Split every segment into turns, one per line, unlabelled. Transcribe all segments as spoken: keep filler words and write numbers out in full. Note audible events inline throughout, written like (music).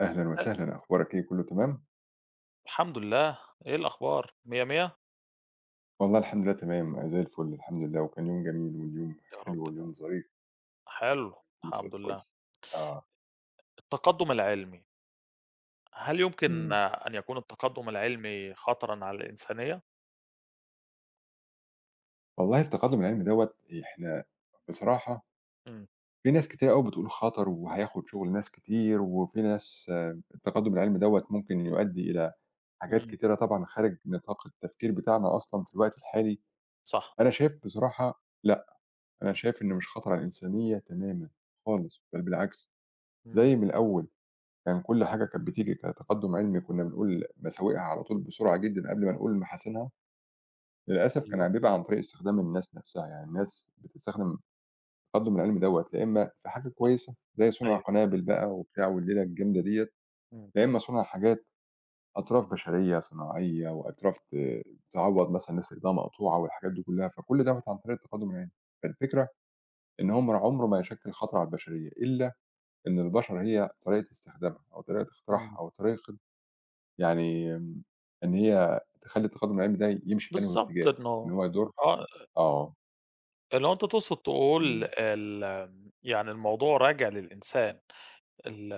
أهلًا
مساء.
وسهلًا، أخبارك إيه كُلّه تمام؟
الحمد لله، إيه الأخبار؟ مِيَّة، مِيَّة؟
والله الحمد لله تمام، زي الفل الحمد لله، وكان يوم جميل واليوم
يا رب
حلو
دايمًا.
واليوم ظريف
حلو،
كُلّه زي
الحمد
الفل.
لله.
آه،
التقدُّم العلمي، هل يمكن
إمم.
آه، أن يكون التقدُّم العلمي خطرًا على الإنسانية؟
والله التقدُّم العلمي دوّة إحنا بصراحة
إمم،
في ناس كتيرة أوي بتقول خطر وهياخُد شُغل ناس كتير، وفي ناس آه، التقدُّم العلمي دوّة ممكن يؤدّي إلى حاجات
إمم،
كتيرة طبعًا خارج نطاق التفكير بتاعنا أصلًا في الوقت الحالي.
صح،
أنا شايف بصراحة لأ، أنا شايف إنه مش خطر على الإنسانية تمامًا خالص، بل بالعكس
إمم،
زي من الأول. كان كل حاجة كانت بتيجي كتقدُّم علمي كُنّا بنقول مساوئها على طول بسرعة جدًا قبل ما نقول محاسنها، للأسف
أيوه،
كان بيبقى عن طريق استخدام الناس نَفْسها، يعني الناس بتستخدم التقدُّم العلمي دوّة يا إمّا في حاجة كويسة زي صُنع
أيوه،
قنابل بقى وبتاع والليلة الجامدة ديّة،
إمم،
يا إمّا صُنع حاجات أطراف بشرية صناعية وأطراف ت تعوّض مثلًا ناس إيديها مقطوعة والحاجات دي كُلّها، فكل دوّة عن طريق التقدُّم العلمي. فالفكرة إن هو مر عُمره ما يشكِّل خطر على البشرية إلا إن البشر هي طريقة استخدامها أو طريقة اختراعها
إمم،
أو طريقة يعني آمم، إن هي تخلّي التقدُّم العلمي ده يمشي في أنهي
بالضبط
اتجاه، إن
إنه
هو يضُر.
آه،
آه،
اللي هو أنت تقصد تقول
إمم،
ال يعني الموضوع راجع للإنسان. ال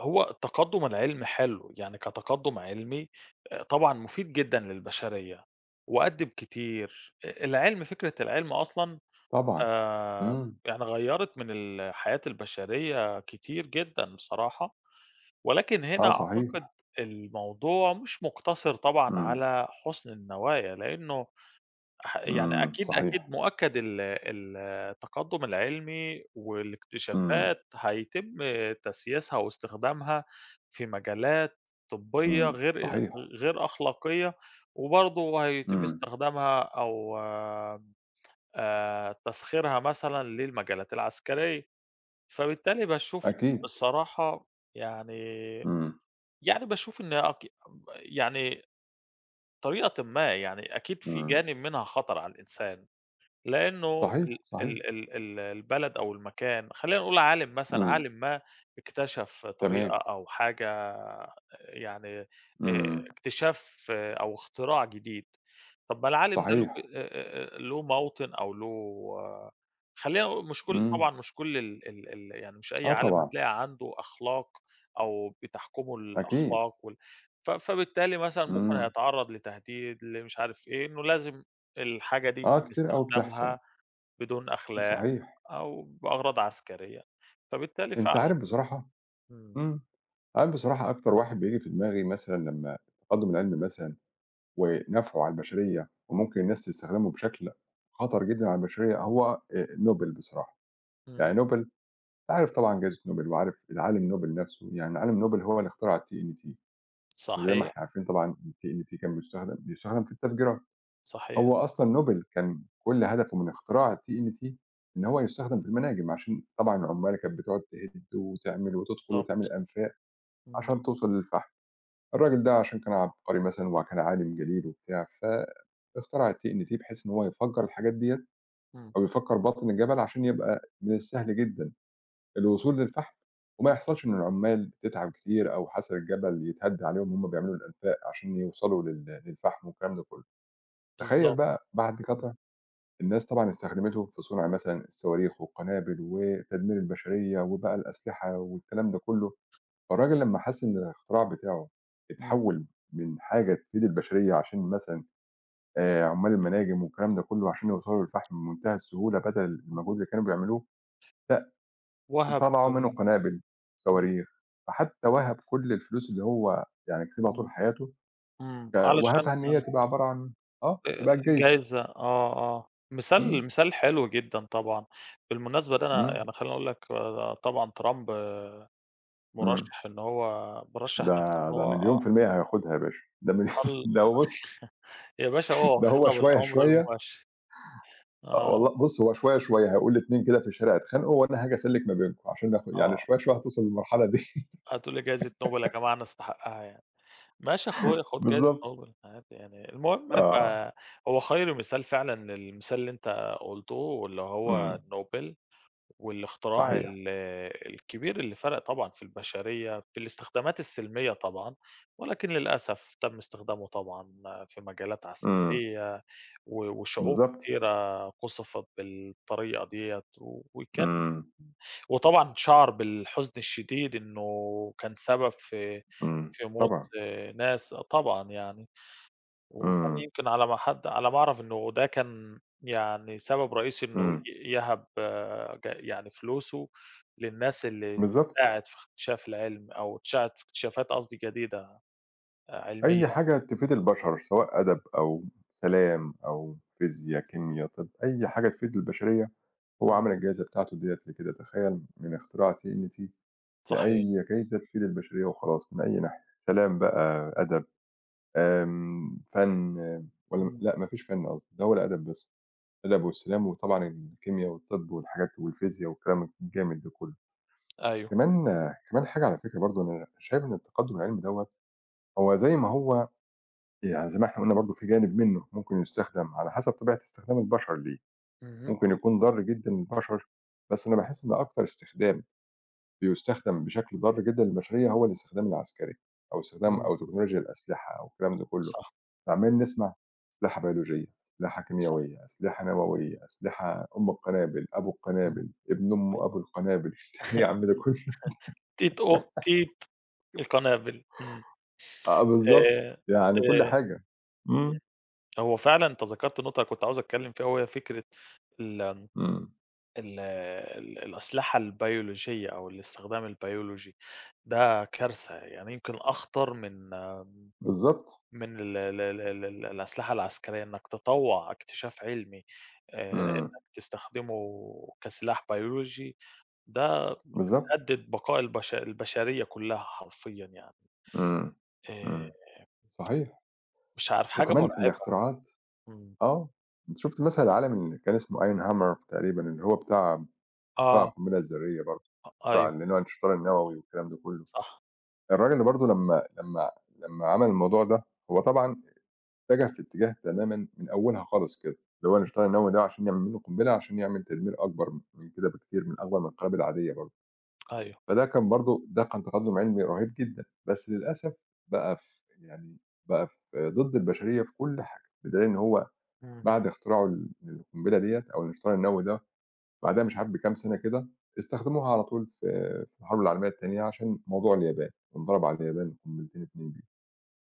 هو التقدُّم العلمي حلو، يعني كتقدُّم علمي آآ طبعًا مفيد جدًا للبشرية وقدِّم كتير. أ العلم فكرة العلم أصلًا
طبعًا.
آآ
إمم،
يعني غيّرت من ال حياة البشرية كتير جدًا بصراحة، ولكن هنا
آه صحيح.
أعتقد الموضوع مش مُقتصِر طبعًا
إمم،
على حُسن النوايا، لإنه ح يعني
إمم،
أكيد،
صحيح.
أكيد مؤكد ال ال التقدُّم العلمي
إمم،
والاكتشافات هيتم تسييسها واستخدامها في مجالات طبّية
إمم،
غير
صحيح.
غير أخلاقية، وبرضه هيتم
إمم،
استخدامها أو آآ تسخيرها مثلًا للمجالات العسكرية، فبالتالي باشوف
أكيد.
بصراحة يعني
إمم،
يعني باشوف إن أك يعني طريقةً ما يعني أكيد في
إمم،
جانب منها خطر على الإنسان. لأنه ال
صحيح، صحيح.
ال ال ال البلد أو المكان خلّينا نقول عالِم مثلًا،
إمم،
عالِم ما اكتشف طريقة
تمام.
أو حاجة يعني آآ
إمم،
اكتشاف آه، أو اختراع جديد، طَب ما العالِم ده له
صحيح.
ج آآ آآ له موطن أو له آه، خلّينا نقول مش كل
إمم،
طبعًا مش كل ال ال ال يعني مش أي
آه
عالِم
طبعًا.
هتلاقي عنده أخلاق أو بتحكمه
أكيد.
الأخلاق وال ف فبالتالي مثلًا ممكن
إمم،
هيتعرّض لتهديد، لمش عارف إيه، إنه لازم الحاجة دي
آه
يتم
كتير أوي بتحصل.
استخدامها بدون أخلاق
صحيح.
أو بأغراض عسكرية، فبالتالي
أنت
فعلًا.
عارف بصراحة،
إمم،
إمم، عارف بصراحة أكتر واحد بييجي في دماغي مثلًا لمّا التقدُّم العلمي مثلًا ونفعه على البشرية وممكن
إمم،
الناس تستخدمه بشكل خطر جدًا على البشرية هو آآ نوبل بصراحة، يعني
إمم،
نوبل أنت عارف طبعًا جائزة نوبل وعارف العالم نوبل نفسه، يعني العالم نوبل هو اللي اخترع الـ تي إن تي وزي ما
صحيح،
إحنا عارفين طبعًا الـ تي إن تي كان بيستخدم بيستخدم في التفجيرات،
صحيح،
هو أصلًا نوبل كان كل هدفه من اختراع الـ تي إن تي إن تي ان هو يستخدم في المناجم عشان طبعًا العمال كانت بتقعد تهد وتعمل وتدخل
بالضبط،
وتعمل أنفاق
إمم،
عشان توصل للفحم، الراجل ده عشان كان عبقري مثلًا وكان عالم جليل وبتاع ف اخترع الTNT بحيث إن هو يفجّر الحاجات ديّة
إمم،
أو يفجّر باطن الجبل عشان يبقى من السهل جدًا الوصول للفحم وما يحصلش إن العمّال تتعب كتير أو حَصَى الجبل يتهد عليهم وهُم بيعملوا الأنفاق عشان يوصلوا لل للفحم والكلام ده كُلّه. تخيّل
بالضبط،
بقى بعد
إمم،
فترة الناس طبعًا استخدمته في صنع مثلًا الصواريخ والقنابل وتدمير البشرية وبقى الأسلحة والكلام ده كُلّه، فالراجل لمّا حَس إن الاختراع بتاعه
إمم،
اتحوّل من حاجة تفيد البشرية عشان مثلًا آآ عُمّال المناجم والكلام ده كلّه عشان يوصلوا للفحم بمنتهى السهولة بدل
إمم،
المجهود اللي كانوا بيعملوه، لأ
وَهَب
طلعوا منه
إمم،
قنابل،
إمم،
صواريخ، فحتى وهَب كل الفلوس اللي هو يعني كسبها طول
إمم،
حياته
إمم.
ك
علشان
وهَبها إن هي تبقى عبارة عن آه،
آآ
تبقى الجايزة.
جايزة آه، آه،
إمم،
مثال مثال حلو جدًا طبعًا، بالمناسبة ده أنا
إمم،
يعني خلّيني أقول لك آه، طبعًا ترامب
إمم.
مرشّح إن هو مرشّح
ده
نَفْسه إن
ده
هو
مليون
آه،
في المِيّة هياخدها يا باشا، ده مل
قال
(laughs) ده هو بُص،
يا باشا هو
ده هو
واخدها
شوية،
بالأمر
شوية،
المباشر.
آه
آه،
والله بُص، هو شوية، شوية هيقول لاتنين كده في الشارع اتخانقوا وأنا هاجي أسلِّك ما بينكم عشان ناخد يعني
آه،
شوية، شوية هتوصل للمرحلة دي.
هتقول لي جايزة نوبل يا جماعة نستحقها يعني، ماشي يا
(laughs)
أخويا خُد جايزة
بالضبط.
نوبل عادي يعني، المهم
آه،
فهو خير مثال فعلًا للمثال اللي أنت قُلته واللي
إمم.
هو نوبل والاختراع
صحيح.
ال الكبير اللي فرق طبعًا في البشرية، في الاستخدامات السلمية طبعًا، ولكن للأسف تم استخدامه طبعًا في مجالات
إمم.
عسكرية و وشعوب
بالضبط.
كتيرة قُصفت بالطريقة ديّة و وك
إمم،
وطبعًا شعر بالحزن الشديد إنه كان سبب في
إمم.
في موت
طبعًا.
آه، ناس طبعًا يعني، وكان
إمم،
يمكن على ما حد على ما أعرف إنه ده كان يعني سبب رئيسي إنه
إمم.
ي يهَب ج يعني فلوسه للناس اللي
بالضبط.
بتساعد في اكتشاف العلم أو تساعد في اكتشافات قصدي جديدة آه، علمية.
أي حاجة تفيد البشر سواء أدب أو سلام أو فيزيا، كيميا، طِب، أي حاجة تفيد البشرية هو
إمم،
عمل الجايزة بتاعته ديّة لكده، تخيّل من اختراع تي إن تي
صحيح.
لأي جايزة تفيد البشرية وخلاص من أي ناحية، سلام بقى، أدب، آمم، فَن والّا
إمم،
لأ ما فيش فَن قصدي، ده هو الأدب بس، الأدب والسلام وطبعًا الكيميا والطِب والحاجات والفيزيا والكلام الجامد ده كُلّه.
أيوه.
كمان كمان حاجة على فكرة برضه أنا شايف إن التقدُّم العلمي دوّة هو زي ما هو يعني زي ما إحنا قُلنا برضه في جانب منه ممكن يستخدم على حسب طبيعة استخدام البشر ليه،
اهم،
ممكن يكون ضار جدًا للبشر، بس أنا باحس إن أكتر استخدام بيُستخدم بشكل ضار جدًا للبشرية هو الاستخدام العسكري أو استخدام
إمم،
أو تكنولوجيا الأسلحة أو الكلام ده كُلّه،
صح،
عمّالين نسمع أسلحة بيولوجية، أسلحة
صح،
كيميائية، أسلحة نووية، أسلحة أم القنابل، أبو
إمم.
القنابل، ابن أم أبو القنابل (laughs) إيه يا عم ده
(laughs)
كُلّه
تيت أو تيت القنابل، إمم.
آه آه، بالضبط،
آآ
يعني كل
آآ
حاجة.
إمم،
إمم،
هو فعلًا أنت ذكرت نقطة أنا كنت عاوز أتكلم فيها، وهي فكرة ال
إمم،
ال ال الأسلحة البيولوجية أو الاستخدام البيولوجي، ده كارثة، يعني يمكن أخطر من
بالضبط.
من ال ال ال ال ال الأسلحة العسكرية، إنك تطوّع اكتشاف علمي آآ
إمم،
إنك تستخدمه كسلاح بيولوجي، ده أنت
بالضبط.
بتهدد بقاء البش البشرية كلها حرفيًا يعني،
إمم، إمم.
آآ
صحيح،
مش عارف حاجة
وكمان
مرعبة،
الاختراعات،
إمم،
آه، أنت شُفت مثلًا العالم اللي كان اسمه Einhammer تقريبًا اللي هو بتاع بتاع
آه،
القنبلة الذرية برضه،
أ
بتاع
أيوه.
اللي هو الانشطار النووي والكلام ده كلّه،
صح.
الراجل اللي برضه لمّا لمّا لمّا عمل الموضوع ده، هو طبعًا اتجه في اتجاه تمامًا من أولها خالص كده، اللي هو الانشطار النووي ده عشان يعمل منه قنبلة عشان يعمل تدمير أكبر من كده بكتير، من أكبر من القنابل العادية برضه.
أيوه.
فده كان برضه ده كان تقدُّم علمي رهيب جدًا، بس للأسف بقى في يعني بقى في ضد البشرية في كل حاجة، بدليل إن هو بعد
اهم.
اختراعه ل للقنبلة ديّة أو الانفجار النووي ده، بعدها مش عارف بكام سَنة كده، استخدموها على طول في في الحرب العالمية التانية عشان موضوع اليابان، انضرب على اليابان قنبلتين اتنين بيهم.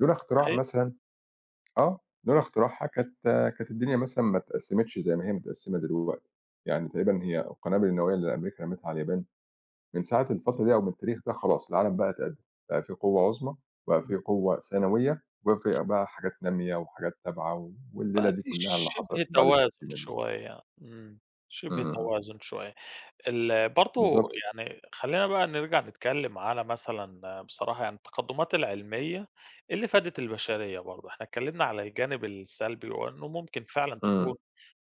لولا اختراع
صحيح.
مثلًا، آه، لولا اختراعها كانت كانت الدنيا مثلًا ما اتقسّمتش زي ما هي متقسّمة دلوقتي، يعني تقريبًا هي القنابل النووية اللي أمريكا رمِتها على اليابان من ساعة الفترة دي أو من التاريخ ده خلاص العالم بقى اتقدّم، بقى في قوة عُظمى، وبقى في
إمم.
قوة ثانوية، وبقى في
صح.
بقى حاجات نامية وحاجات تابعة والليلة
بقى
دي
في
كلّها اللي حصلت
شِبه
من بعد
توازن
التقسيمة دي.
شوية. إمم. شِبه
إمم،
توازن شوية. ال برضه
بالضبط.
يعني خلّينا بقى نرجع نتكلّم على مثلًا بصراحة يعني التقدُّمات العلمية اللي فادت البشرية برضه. إحنا اتكلّمنا على الجانب السلبي وإنه ممكن فعلًا
إمم،
تكون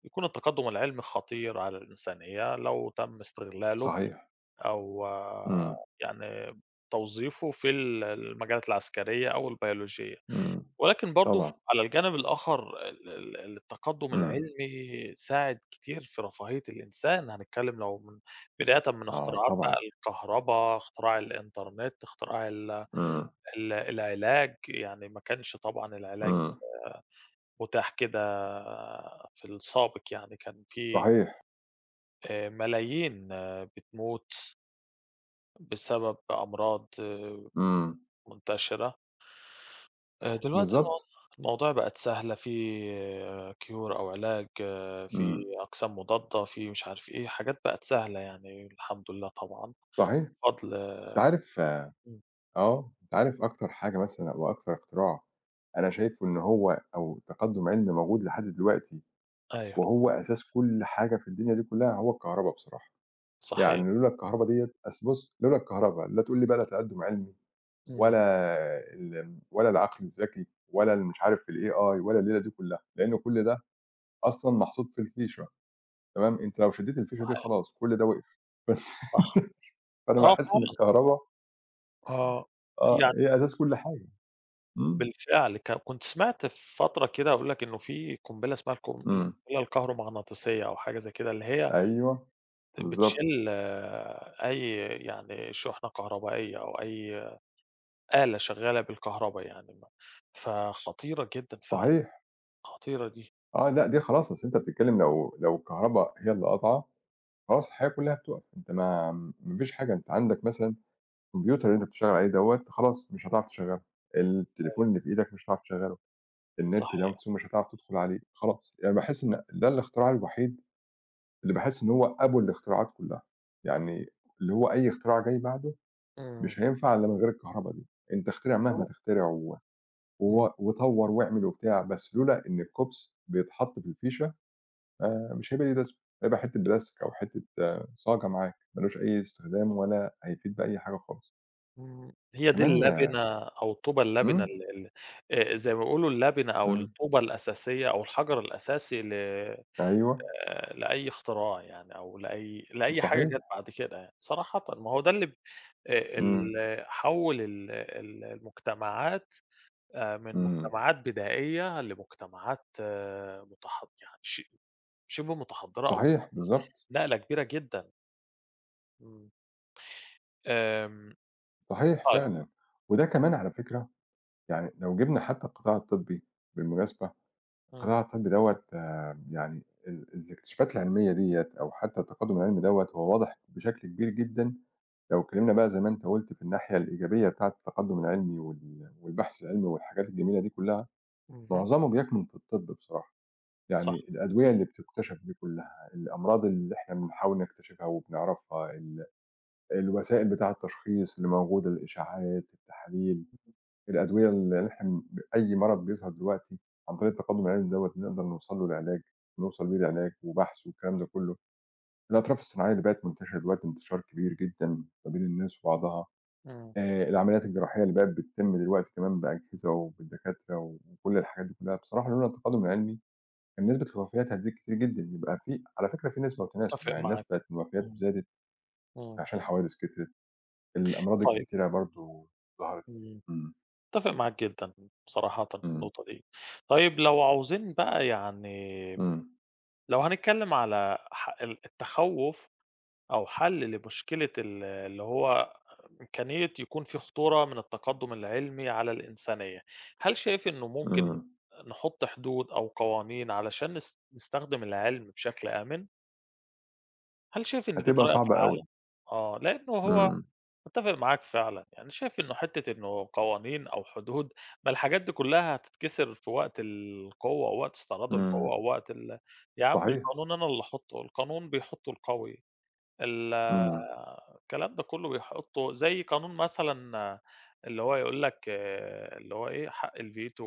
يكون التقدُّم العلمي خطير على الإنسانية لو تم استغلاله
صحيح.
أو
إمم،
يعني توظيفه في ال المجالات العسكرية أو البيولوجية.
إمم،
ولكن برضه ف
طبعًا.
على الجانب الآخر ال ال ال التقدُّم
إمم،
العلمي ساعد كتير في رفاهية الإنسان، هنتكلّم لو من بدايةً من
آه
اختراعات بقى
طبعًا.
الكهربا، اختراع الإنترنت، اختراع ال
إمم،
ال العلاج، يعني ما كانش طبعًا العلاج
إمم،
متاح كده في السابق يعني، كان في
صحيح.
آآ ملايين آه، بتموت بسبب أمراض آه،
إمم،
منتشرة. آآ دلوقتي المواض
بالضبط.
المواضيع بقت سهلة، في cure أو علاج، آه، في
إمم،
أقسام مضادة، في مش عارف إيه، حاجات بقت سهلة يعني الحمد لله طبعًا،
صحيح.
بفضل
أنت عارف،
إمم،
آه، أنت عارف أكتر حاجة مثلًا أو أكتر اختراع أنا شايفه إن هو أو تقدُّم علمي موجود لحد دلوقتي
أيوه
وهو أساس كل حاجة في الدنيا دي كلّها هو الكهربا بصراحة،
صحيح،
يعني لولا الكهربا ديّة أصل بُص، لولا الكهربا لا تقول لي بقى لا تقدُّم علمي
إمم،
ولا ال ولا العقل الذكي ولا ال مش عارف الـ إيه آي ولا الليلة دي كلّها، لإن كل ده أصلًا محطوط في الفيشة. تمام، أنت لو شدّيت الفيشة دي
صحيح،
خلاص كل ده وقف (laughs) بس
صح،
فأنا
آه
باحس إن
فعلًا،
الكهربا،
آه،
آه،
يعني
هي أساس كل حاجة. إمم،
بالفعل ك كنت سمعت في فترة كده أقول لك إنه في قنبلة اسمها القن
إمم،
القنبلة الكهرومغناطيسية أو حاجة زي كده، اللي هي
أيوه بالضبط.
بتشيل آه، أي يعني شحنة كهربائية أو أي آلة شغّالة بالكهربا يعني ما فخطيرة جدًا فعلًا،
صحيح.
خطيرة دي.
آه، لأ دي خلاص أصل أنت بتتكلّم لو لو الكهربا هي اللي قاطعة خلاص الحياة كلّها بتُقف، أنت ما ما فيش حاجة، أنت عندك مثلًا
إمم،
الكمبيوتر اللي أنت بتشتغل عليه دوّة خلاص مش هتعرف تشغّله،
أيوه،
التليفون اللي في إيدك مش هتعرف تشغّله، النت
صحيح.
نَفْسه مش هتعرف تدخل عليه، خلاص، يعني باحس إن ده الاختراع الوحيد اللي باحس إن هو أبو الاختراعات كلّها، يعني اللي هو أي اختراع جاي بعده
إمم.
مش هينفع إلّا من غير الكهربا دي، أنت اخترع
(unintelligible)
مهما
هو
تخترع و
إمم،
و وطوّر واعمل وبتاع، بس لولا إن الكوبس بيتحط في الفيشة، آآ مش هيبقى ليه لازمة، هيبقى حتّة بلاستيك
صح،
أو حتّة آه، صاجة معاك، ما لوش أي استخدام ولا هيفيد بأي حاجة خالص.
إمم. هي دي
كمان
اللبِنة أو الطوبة اللبِنة
إمم،
ال ال آآ زي ما بيقولوا اللبِنة أو
إمم،
الطوبة الأساسية أو الحجر الأساسي ل آآ
أيوه.
لأي اختراع يعني أو لأي لأي حاجة
صحيح.
جات بعد كده يعني، صراحةً. ما هو ده اللي ب آآ ال
إمم،
حوّل ال ال المجتمعات آآ، من
إمم،
مجتمعات بدائية لمجتمعات متح يعني ش شِبه متحضّرة أو
صحيح.
متحضّرة،
بالضبط.
نقلة كبيرة جدًا، إمم، آمم،
صحيح
طيب،
فعلًا. وده كمان على فكرة يعني لو جِبنا حتّى القطاع الطبّي بالمناسبة، القطاع
إمم،
الطبّي دوّة يعني ال الاكتشافات العلمية ديّة أو حتّى التقدُّم العلمي دوّة هو واضح بشكل كبير جدًا لو اتكلمنا بقى زي ما أنت قُلت في الناحية الإيجابية بتاعة التقدُّم العلمي وال والبحث العلمي والحاجات الجميلة دي كلّها،
اهم،
معظمه بيكمن في الطِب بصراحة،
صح،
يعني الأدوية اللي بتكتشف دي كلّها، الأمراض اللي إحنا بنحاول نكتشفها وبنعرفها، ال الوسائل بتاع التشخيص اللي موجودة، الإشاعات، التحاليل، الأدوية اللي إحنا م أي مرض بيظهر دلوقتي عن طريق التقدُّم العلمي دوّة بنقدر نوصل له العلاج، نوصل بيه لعلاج وبحث والكلام ده كلّه، الأطراف الصناعية اللي بقت منتشرة دلوقتي انتشار كبير جدًا ما بين الناس وبعضها.
إمم،
آآ العمليات الجراحية اللي بقت بتتم دلوقتي كمان بأجهزة وبدكاترة وكل الحاجات دي كلّها، بصراحة لولا التقدُّم العلمي كان نسبة الوفيات هتزيد كتير جدًا، يبقى في على فكرة في نسبة وتناسب،
متّفق
يعني الناس
معاك،
بقت الوفيات
إمم،
زادت
إمم،
عشان الحوادث كترت، الأمراض
طيب،
الكتيرة برضه ظهرت.
إمم،
إمم،
متّفق معاك جدًا بصراحةً في
إمم،
النقطة دي. طيب لو عاوزين بقى يعني
إمم،
لو هنتكلّم على ح ال التخوّف أو حَل لمشكلة ال اللي هو إمكانية يكون في خطورة من التقدم العلمي على الإنسانية، هل شايف إنه ممكن
إمم،
نحط حدود أو قوانين علشان نس نستخدم العلم بشكل آمن؟ هل شايف إن دي
هتبقى
طريقة
صعبة أوي.
فعّالة؟ آه، لإنه هو
إمم،
متّفق معاك فعلًا، يعني شايف إنه حتّة إنه قوانين أو حدود، ما الحاجات دي كلّها هتتكسر في وقت القوة أو وقت استعراض
إمم،
القوة أو وقت ال يا عم
صحيح.
القانون أنا اللي أحطّه، القانون بيحطّه القوي. ال
إمم،
الكلام ده كله بيحطّه زي قانون مثلًا اللي هو يقول لك آه، اللي هو إيه، حق الڤيتو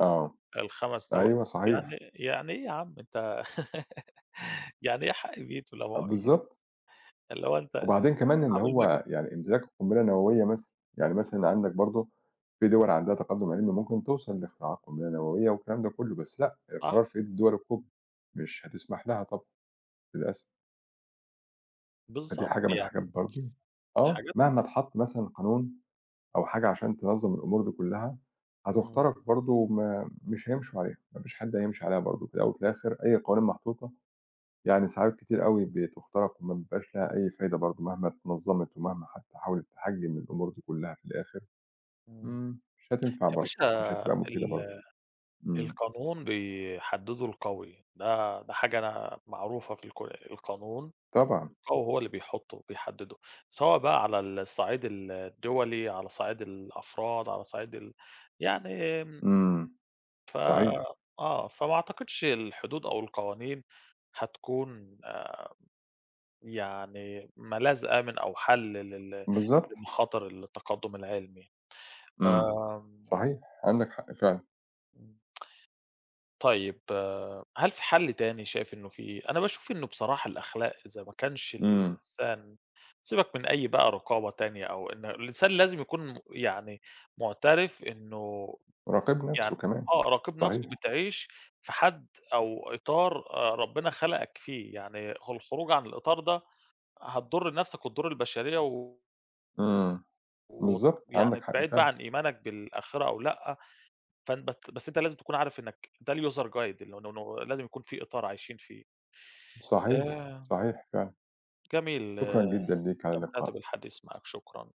آه،
والخمس دُول،
أيوه صحيح.
يعني يعني إيه يا عم أنت (laughs) يعني إيه حق الڤيتو اللي
آه
هو إيه،
بالضبط.
اللي هو أنت
وبعدين كمان اللي
عامل مجلس
هو يعني إمتلاك قنبلة نووية مثلًا، يعني مثلًا عندك برضه في دول عندها تقدُّم علمي ممكن توصل لاختراعات قنبلة نووية والكلام ده كلّه، بس لأ،
صح،
القرار في إيد دول الكُبرى، مش هتسمح لها طبعًا للأسف. فدي
بالضبط
حاجة من الحاجات
يعني
برضه، آه،
حاجات
مهما اتحط مثلًا قانون أو حاجة عشان تنظّم الأمور دي كلّها،
إمم،
هتُخترق برضه وما مش هيمشوا عليها، ما فيش حد هيمشي عليها برضه، في الأول وفي الآخر أي قوانين محطوطة يعني ساعات كتير أوي بتُخترق وما بيبقاش لها أي فايدة برضه مهما اتنظّمت ومهما حتى حاولت تحجّم الأمور دي كلّها في الآخر.
إمم.
إمم، مش هتنفع
يا
برضه،
باشا
مش هتبقى مفيدة برضه.
ال
إمم،
القانون بيحدّده القوي، ده ده حاجة أنا معروفة في الك القانون
طبعًا.
هو هو اللي بيحطه وبيحدده، سواء بقى على الصعيد ال الدولي، على صعيد الأفراد، على صعيد ال يعني آمم،
إمم،
ف
صحيح.
آه، فما أعتقدش الحدود أو القوانين هتكون آآ، يعني ملاذ آمن أو حل لل
بالضبط.
لمخاطر التقدم العلمي،
إمم،
آمم.
صحيح، عندك حق فعلًا.
طيب آآ، هل في حل تاني شايف إنه في أنا باشوف إنه بصراحة الأخلاق إذا ما كانش
إمم،
الإنسان سيبك من أي بقى رقابة تانية أو إن الإنسان لازم يكون م يعني مُعترف إنه
راقب
يعني
نَفْسه كمان.
آه، راقب نَفْسه
صحيح.
بتعيش في حد أو إطار آآ، ربنا خلقك فيه، يعني هو الخروج عن الإطار ده هتضُر نَفْسك وتضُر البشرية ويعني
إمم،
و وت
بالضبط، عندك
يعني
حق
بعيد بقى
فعلًا.
عن إيمانك بالآخرة أو لأ فأن بت بس أنت لازم تكون عارف إنك ده الuser guide إنه إنه إنه لازم يكون في إطار عايشين فيه.
صحيح،
آآ
صحيح فعلًا.
جميل،
شكرًا جدًا ليك على
استمتعت
لقائك.
بالحديث معاك، شكرًا.